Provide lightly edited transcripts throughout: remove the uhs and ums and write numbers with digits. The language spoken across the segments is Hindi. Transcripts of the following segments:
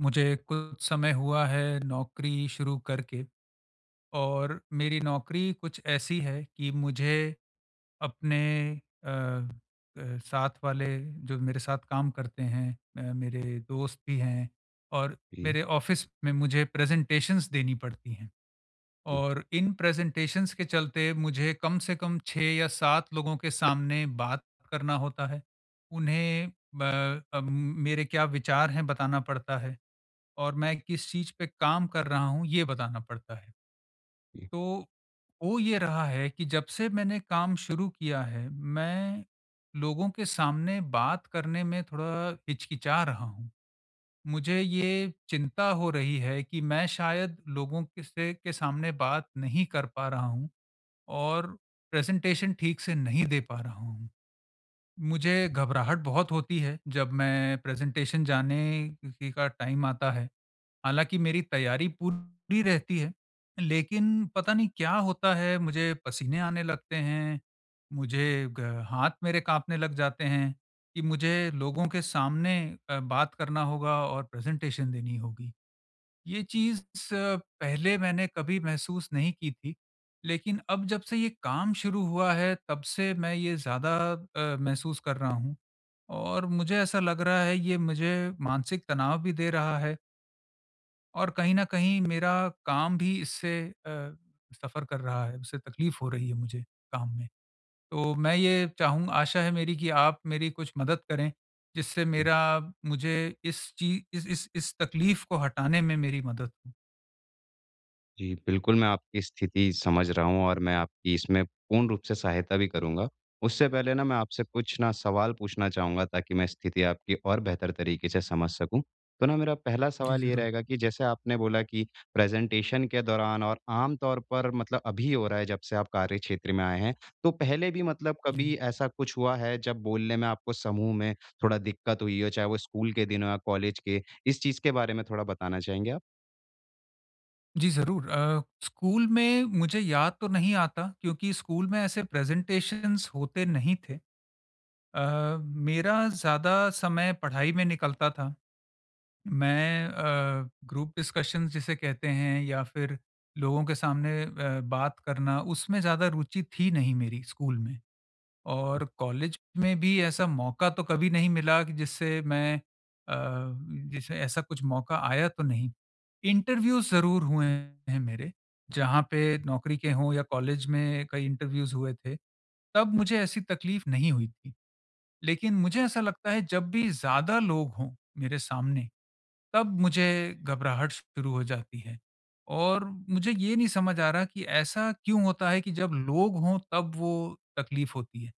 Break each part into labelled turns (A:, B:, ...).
A: मुझे कुछ समय हुआ है नौकरी शुरू करके और मेरी नौकरी कुछ ऐसी है कि मुझे अपने अ साथ वाले जो मेरे साथ काम करते हैं, मेरे दोस्त भी हैं और
B: जी,
A: मेरे ऑफिस में मुझे प्रेज़ेंटेशंस देनी पड़ती हैं
B: जी,
A: और इन प्रेज़ेंटेशंस के चलते मुझे कम से कम 6 या 7 लोगों के सामने बात करना होता है। उन्हें ब मेरे क्या विचार हैं बताना पड़ता है और मैं किस चीज़ पे काम कर रहा हूँ ये बताना पड़ता है।
B: जी,
A: तो हो ये रहा है कि जब से मैंने काम शुरू किया है, मैं लोगों के सामने बात करने में थोड़ा हिचकिचा रहा हूँ। मुझे ये चिंता हो रही है कि मैं शायद लोगों के सामने बात नहीं कर पा रहा हूँ और प्रेज़ेंटेशन ठीक से नहीं दे पा रहा हूँ। मुझे घबराहट बहुत होती है जब मैं प्रेज़ेंटेशन जाने की का टाइम आता है। हालाँकि मेरी तैयारी पूरी रहती है, लेकिन पता नहीं क्या होता है, मुझे पसीने आने लगते हैं, मुझे ग हाथ मेरे काँपने लग जाते हैं कि मुझे लोगों के सामने बात करना होगा और प्रेज़ेंटेशन देनी होगी। ये चीज़ अ, पहले मैंने कभी महसूस नहीं की थी, लेकिन अब जब से ये काम शुरू हुआ है, तब से मैं ये ज़्यादा महसूस कर रहा हूँ और मुझे ऐसा लग रहा है, ये मुझे मानसिक तनाव भी दे रहा है। और कहीं न कहीं मेरा काम भी इससे अ, सफ़र कर रहा है, उससे तकलीफ़ हो रही है मुझे काम में। तो मैं ये चाहूँ आशा है मेरी कि आप मेरी कुछ मदद करें, जिससे
B: जी,
A: मेरा मुझे इस ची इस तकलीफ़ को हटाने में मेरी मदद हो।
B: जी, बिल्कुल, मैं आपकी स्थिति समझ रहा हूँ और मैं आपकी इसमें पूर्ण रूप से सहायता भी करूँगा। उससे पहले ना मैं आपसे कुछ ना सवाल पूछना चाहूँगा, ताकि मैं स्थिति आपकी और बेहतर तरीके से समझ सकूँ। तो ना मेरा पहला
A: जी,
B: सवाल ये
A: ज़रूर।
B: रहेगा कि जैसे आपने बोला कि प्रेज़ेंटेशन के दौरान और आम तौर पर मतलब अभी हो रहा है जब से आप कार्यक्षेत्र में आए हैं, तो पहले भी मतलब
A: जी।
B: कभी ऐसा कुछ हुआ है जब बोलने में आपको समूह में थोड़ा दिक्कत हुई हो, चाहे वो स्कूल के दिनों या कॉलेज के? इस चीज़ के बारे में थोड़ा बताना चाहेंगे आप?
A: जी, ज़रूर। स्कूल में मुझे याद तो नहीं आता क्योंकि स्कूल में ऐसे प्रेज़ेंटेशंस होते नहीं थे। अ, मेरा ज़्यादा समय पढ़ाई में निकलता था। मैं, ग्रुप डिस्कशंस जिसे कहते हैं या फिर लोगों के सामने बात करना, उसमें ज़्यादा रुचि थी नहीं मेरी स्कूल में। और कॉलेज में भी ऐसा मौका तो कभी नहीं मिला कि जिससे मैं अ, जैसे ऐसा कुछ मौका आया तो नहीं। इंटरव्यूज़ ज़रूर हुए हैं मेरे, जहाँ पे नौकरी के हों या कॉलेज में कई इंटरव्यूज़ हुए थे, तब मुझे ऐसी तकलीफ़ नहीं हुई थी। लेकिन मुझे ऐसा लगता है जब भी ज़्यादा लोग हों मेरे सामने तब मुझे घबराहट शुरू हो जाती है और मुझे ये नहीं समझ आ रहा कि ऐसा क्यों होता है कि जब लोग हों तब वो तकलीफ होती है।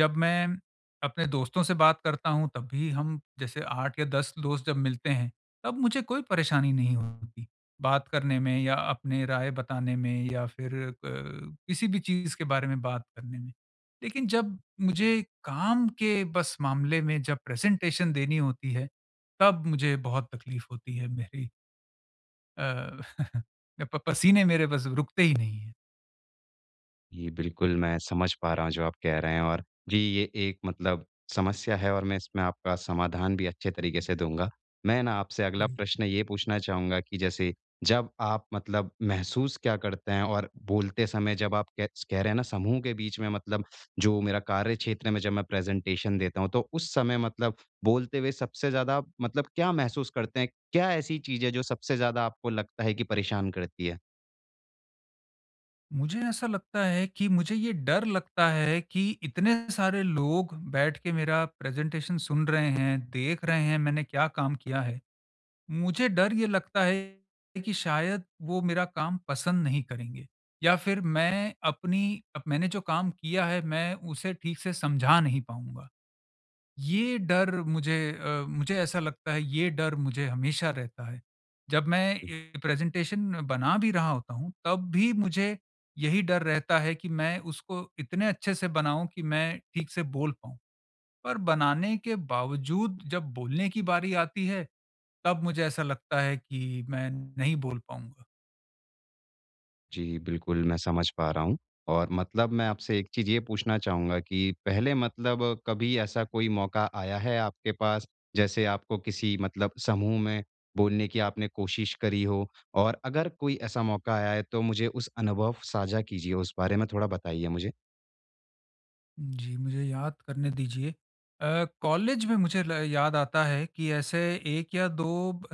A: जब मैं अपने दोस्तों से बात करता हूँ तब भी, हम जैसे 8 या 10 दोस्त जब मिलते हैं, तब मुझे कोई परेशानी नहीं होती। बात करने में या अपने राय बताने में या फिर किसी भी चीज़ के बारे में बात करने में। लेकिन जब मुझे काम के बस मामले में जब प्रेज़ेंटेशन देनी होती है, तब मुझे बहुत तकलीफ़ होती है मेरी अ, प पसीने मेरे बस रुकते ही नहीं हैं।
B: जी, बिल्कुल, मैं समझ पा रहा हूँ जो आप कह रहे हैं। और जी, ये एक मतलब समस्या है और मैं इसमें आपका समाधान भी अच्छे तरीके से दूँगा। मैं ना आपसे अगला
A: जी।
B: प्रश्न ये पूछना चाहूँगा कि जैसे जब आप मतलब महसूस क्या करते हैं और बोलते समय जब आप कह कह रहे हैं ना समूह के बीच में मतलब जो मेरा कार्य क्षेत्र में जब मैं प्रेज़ेंटेशन देता हूँ, तो उस समय मतलब बोलते हुए सबसे ज़्यादा आप मतलब क्या महसूस करते हैं? क्या ऐसी चीज़ है जो सबसे ज़्यादा आपको लगता है कि परेशान करती है?
A: मुझे ऐसा लगता है कि मुझे ये डर लगता है कि इतने सारे लोग बैठ के मेरा प्रेज़ेंटेशन सुन रहे हैं, देख रहे हैं मैंने क्या काम किया है। मुझे डर ये लगता है कि शायद वो मेरा काम पसंद नहीं करेंगे या फिर मैं अपनी अप मैंने जो काम किया है मैं उसे ठीक से समझा नहीं पाऊँगा। ये डर मुझे, मुझे ऐसा लगता है ये डर मुझे हमेशा रहता है। जब मैं ए प्रेज़ेंटेशन बना भी रहा होता हूँ, तब भी मुझे यही डर रहता है कि मैं उसको इतने अच्छे से बनाऊँ कि मैं ठीक से बोल पाऊँ। पर बनाने के बावजूद जब बोलने की बारी आती है, तब मुझे ऐसा लगता है कि मैं नहीं बोल पाऊँगा।
B: जी, बिल्कुल, मैं समझ पा रहा हूँ। और मतलब मैं आपसे एक चीज़ ये पूछना चाहूँगा कि पहले मतलब कभी ऐसा कोई मौका आया है आपके पास, जैसे आपको किसी मतलब समूह में बोलने की आपने कोशिश करी हो? और अगर कोई ऐसा मौका आया है, तो मुझे उस अनुभव साझा कीजिए, उस बारे में थोड़ा बताइए मुझे?
A: जी, मुझे याद करने दीजिए। कॉलेज में मुझे ल याद आता है कि ऐसे 1 या 2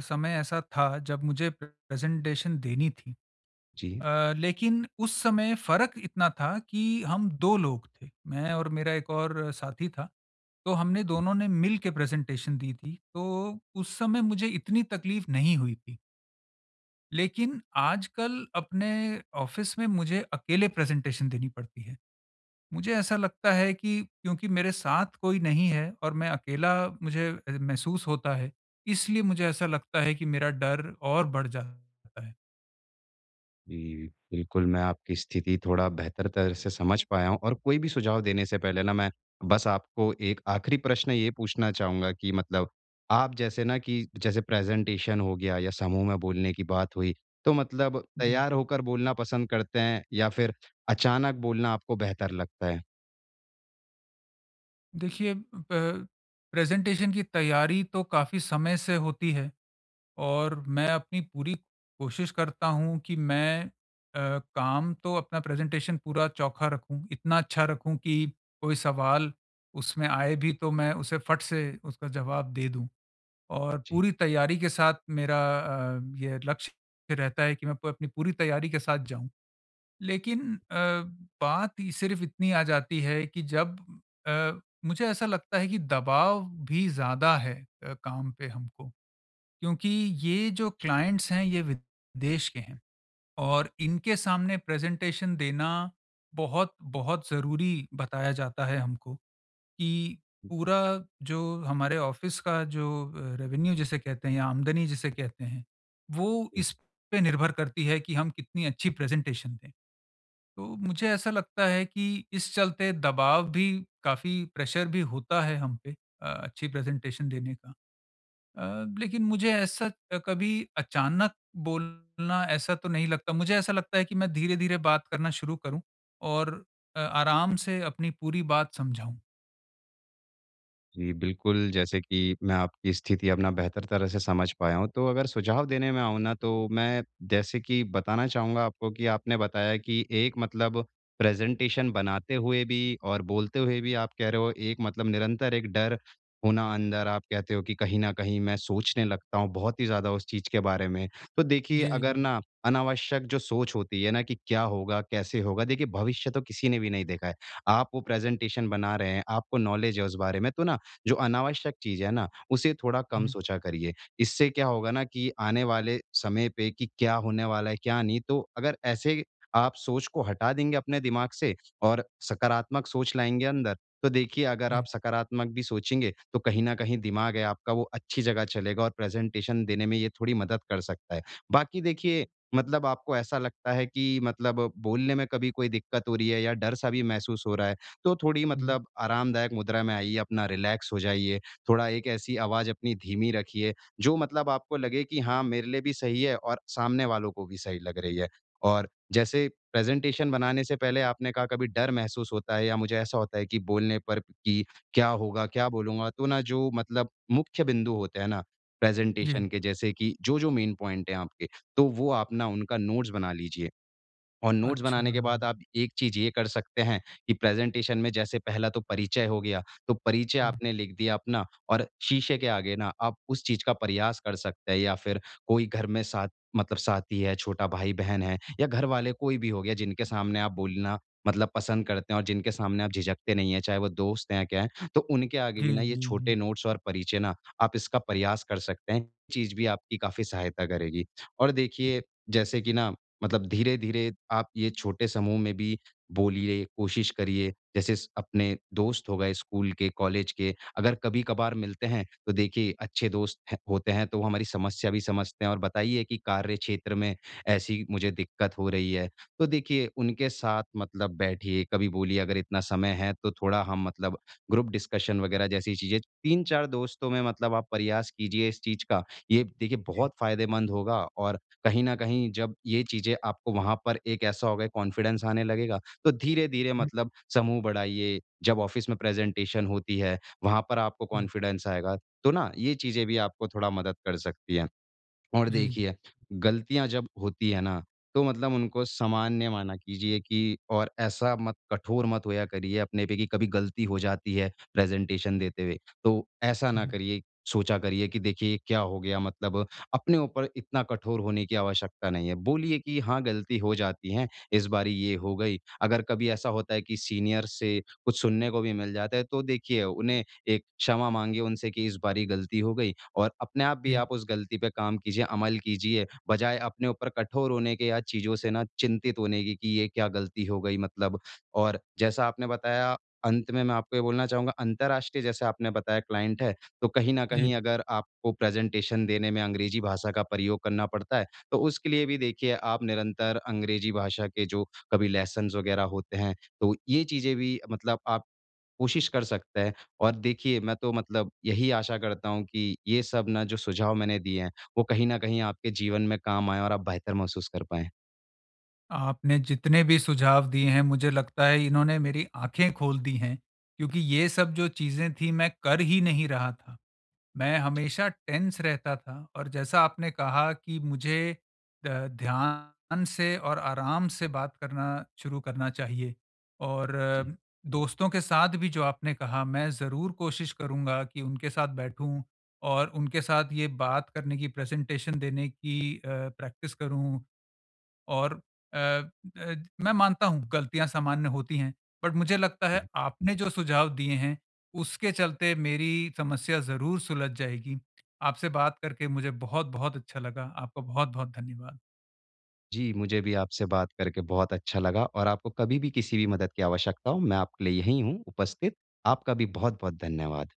A: समय ऐसा था जब मुझे प्रेज़ेंटेशन देनी थी।
B: जी।
A: लेकिन उस समय फ़र्क इतना था कि हम 2 लोग थे, मैं और मेरा एक और साथी था। तो हमने दोनों ने मिल के प्रेज़ेंटेशन दी थी, तो उस समय मुझे इतनी तकलीफ़ नहीं हुई थी। लेकिन आजकल अपने ऑफ़िस में मुझे अकेले प्रेज़ेंटेशन देनी पड़ती है। मुझे ऐसा लगता है कि क्योंकि मेरे साथ कोई नहीं है और मैं अकेला मुझे महसूस होता है, इसलिए मुझे ऐसा लगता है कि मेरा डर और बढ़ जाता है।
B: जी, बिल्कुल, मैं आपकी स्थिति थोड़ा बेहतर तरह से समझ पाया हूँ और कोई भी सुझाव देने से पहले ना मैं बस आपको एक आखिरी प्रश्न ये पूछना चाहूँगा कि मतलब आप जैसे ना कि जैसे प्रेज़ेंटेशन हो गया या समूह में बोलने की बात हुई, तो मतलब
A: जी।
B: तैयार होकर बोलना पसंद करते हैं या फिर अचानक बोलना आपको बेहतर लगता है?
A: देखिए, प प्रेज़ेंटेशन की तैयारी तो काफ़ी समय से होती है और मैं अपनी पूरी कोशिश करता हूँ कि मैं, काम तो अपना प्रेज़ेंटेशन पूरा चोखा रखूँ, इतना अच्छा रखूँ कि कोई सवाल उसमें आए भी तो मैं उसे फट से उसका जवाब दे दूँ। और
B: जी,
A: पूरी तैयारी के साथ मेरा ये लक्ष्य रहता है कि मैं प अपनी पूरी तैयारी के साथ जाऊँ। लेकिन बात ये सिर्फ़ इतनी आ जाती है कि जब मुझे ऐसा लगता है कि दबाव भी ज़्यादा है काम पे हमको। क्योंकि ये जो क्लाइंट्स हैं ये विदेश के हैं और इनके सामने प्रेज़ेंटेशन देना बहुत, बहुत ज़रूरी बताया जाता है हमको। कि
B: जी।
A: पूरा जो हमारे ऑफिस का जो रेवेन्यू जिसे कहते हैं या आमदनी जिसे कहते हैं, वो इस पे निर्भर करती है कि हम कितनी अच्छी प्रेज़ेंटेशन दें। तो मुझे ऐसा लगता है कि इस चलते दबाव भी, काफ़ी प्रेशर भी होता है हम पे अच्छी प्रेज़ेंटेशन देने का। अ, लेकिन मुझे ऐसा कभी अचानक बोलना ऐसा तो नहीं लगता। मुझे ऐसा लगता है कि मैं धीरे-धीरे बात करना शुरू करूँ और आराम से अपनी पूरी बात समझाऊँ।
B: जी, बिल्कुल, जैसे कि मैं आपकी स्थिति अब ना बेहतर तरह से समझ पाया हूँ, तो अगर सुझाव देने में आऊँ ना, तो मैं जैसे कि बताना चाहूँगा आपको कि आपने बताया कि एक मतलब प्रेज़ेंटेशन बनाते हुए भी और बोलते हुए भी आप कह रहे हो, एक मतलब निरंतर एक डर होना अंदर, आप कहते हो कि कहीं न कहीं मैं सोचने लगता हूँ बहुत ही ज़्यादा उस चीज़ के बारे में। तो देखिए, अगर
A: जी।
B: ना अनावश्यक जो सोच होती है ना कि क्या होगा, कैसे होगा, देखिए भविष्य तो किसी ने भी नहीं देखा है। आप वो प्रेज़ेंटेशन बना रहे हैं, आपको नॉलेज है उस बारे में, तो ना जो अनावश्यक चीज़ है ना, उसे थोड़ा कम
A: हुँ।
B: सोचा करिए। इससे क्या होगा ना कि आने वाले समय पे कि क्या होने वाला है, क्या नहीं, तो अगर ऐसे आप सोच को हटा देंगे अपने दिमाग से और सकारात्मक सोच लाएँगे अंदर, तो देखिए अगर आप
A: जी।
B: सकारात्मक भी सोचेंगे, तो कहीं न कहीं दिमाग है आपका वो अच्छी जगह चलेगा और प्रेज़ेंटेशन देने में ये थोड़ी मदद कर सकता है। बाकी देखिए, मतलब आपको ऐसा लगता है कि मतलब बोलने में कभी कोई दिक्कत हो रही है या डर-सा भी महसूस हो रहा है, तो थोड़ी
A: हुँ।
B: मतलब आरामदायक मुद्रा में आइए, अपना रिलैक्स हो जाइए, थोड़ा एक ऐसी आवाज़ अपनी धीमी रखिए, जो मतलब आपको लगे कि हाँ, मेरे लिए भी सही है और सामने वालों को भी सही लग रही है। और जैसे प्रेज़ेंटेशन बनाने से पहले आपने कहा कभी डर महसूस होता है या मुझे ऐसा होता है कि बोलने पर कि क्या होगा, क्या बोलूँगा? तो ना जो मतलब मुख्य बिंदु होते हैं ना,
A: जी।
B: प्रेज़ेंटेशन के जैसे कि जो-जो मेन पॉइंट हैं आपके, तो वो आप ना उनका नोट्स बना लीजिए। और नोट्स
A: अच्छा।
B: बनाने के बाद आप एक चीज़ ये कर सकते हैं कि प्रेज़ेंटेशन में जैसे पहला तो परिचय हो गया, तो परिचय
A: हुँ।
B: आपने लिख दिया अपना, और शीशे के आगे ना आप उस चीज़ का प्रयास कर सकते हैं, या फिर कोई घर में साथ मतलब साथी है, छोटा भाई-बहन है या घरवाले कोई भी हो गया जिनके सामने आप बोलना मतलब पसंद करते हैं और जिनके सामने आप झिझकते नहीं हैं, चाहे वो दोस्त हैं या क्या हैं, तो उनके आगे
A: जी,
B: भी ना ये
A: जी, जी।
B: छोटे नोट्स और परिचय ना आप इसका प्रयास कर सकते हैं। चीज़ भी आपकी काफ़ी सहायता करेगी। और
A: हुँ।
B: देखिए, जैसे कि ना मतलब धीरे-धीरे आप ये छोटे समूह में भी बोलिए, कोशिश करिए। जैसे स अपने दोस्त हो गए स्कूल के, कॉलेज के, अगर कभी-कभार मिलते हैं, तो देखिए अच्छे दोस्त हैं होते हैं, तो वो हमारी समस्या भी समझते हैं, और बताइए कि कार्य क्षेत्र में ऐसी मुझे दिक्कत हो रही है। तो देखिए उनके साथ मतलब बैठिए, कभी बोलिए, अगर इतना समय है तो थोड़ा हम मतलब ग्रुप डिस्कशन वगैरह जैसी चीज़ें 3-4 दोस्तों में मतलब आप प्रयास कीजिए इस चीज़ का। ये देखिए बहुत
A: जी।
B: फ़ायदेमंद होगा, और कहीं न कहीं जब ये चीज़ें आपको वहाँ पर एक ऐसा होगा कॉन्फिडेंस आने लगेगा, तो धीरे-धीरे
A: हुँ।
B: मतलब समूह बढ़ाइए, जब ऑफ़िस में प्रेज़ेंटेशन होती है, वहाँ पर आपको
A: जी,
B: कॉन्फिडेंस आएगा। तो ना ये चीज़ें भी आपको थोड़ा मदद कर सकती हैं। और
A: जी,
B: देखिए, गलतियाँ जब होती है ना, तो मतलब उनको सामान्य माना कीजिए कि, और ऐसा मत कठोर मत होया करिए अपने पे कि कभी गलती हो जाती है प्रेज़ेंटेशन देते हुए, तो ऐसा
A: जी।
B: ना
A: हुँ।
B: करिए, सोचा करिए कि देखिए क्या हो गया मतलब। अपने ऊपर इतना कठोर होने की आवश्यकता नहीं है। बोलिए कि हाँ, गलती हो जाती है, इस बारी ये हो गई। अगर कभी ऐसा होता है कि सीनियर से कुछ सुनने को भी मिल जाता है, तो देखिए उन्हें एक क्षमा माँगिए उनसे कि इस बारी गलती हो गई, और अपने आप भी
A: जी,
B: आप उस गलती पे काम कीजिए, अमल कीजिए, बजाय अपने ऊपर कठोर होने के या चीज़ों से ना चिंतित होने की कि ये क्या गलती हो गई मतलब। और जैसा आपने बताया, अंत में मैं आपको ये बोलना चाहूँगा, अंतर्राष्ट्रीय जैसे आपने बताया क्लाइंट है, तो कहीं न
A: जी।
B: कहीं अगर आपको प्रेज़ेंटेशन देने में अंग्रेज़ी भाषा का प्रयोग करना पड़ता है, तो उसके लिए भी देखिए आप निरंतर अंग्रेज़ी भाषा के जो कभी लेसन्स वग़ैरह होते हैं, तो ये चीज़ें भी मतलब आप कोशिश कर सकता है। और देखिए, मैं तो मतलब यही आशा करता हूँ कि ये सब ना जो सुझाव मैंने दिए हैं, वो कहीं न कहीं आपके जीवन में काम आएँ और आप बेहतर महसूस कर पाएँ।
A: आपने जितने भी सुझाव दिए हैं, मुझे लगता है इन्होंने मेरी आँखें खोल दी हैं, क्योंकि ये सब जो चीज़ें थी, मैं कर ही नहीं रहा था। मैं हमेशा टेंस रहता था और जैसा आपने कहा कि मुझे ध्यान से और आराम से बात करना शुरू करना चाहिए और
B: जी,
A: दोस्तों के साथ भी जो आपने कहा मैं ज़रूर कोशिश करूँगा कि उनके साथ बैठूं और उनके साथ ये बात करने की प्रेजेंटेशन देने की प्रैक्टिस करूं। और अ अ, मैं मानता हूँ गलतियाँ सामान्य होती हैं, बट मुझे लगता है
B: जी।
A: आपने जो सुझाव दिए हैं, उसके चलते मेरी समस्या ज़रूर सुलझ जाएगी। आपसे बात करके मुझे बहुत-बहुत अच्छा लगा। आपका बहुत-बहुत धन्यवाद।
B: जी, मुझे भी आपसे बात करके बहुत अच्छा लगा, और आपको कभी भी किसी भी मदद की आवश्यकता हो, मैं आपके लिए यहीं हूँ उपस्थित। आपका भी बहुत-बहुत धन्यवाद।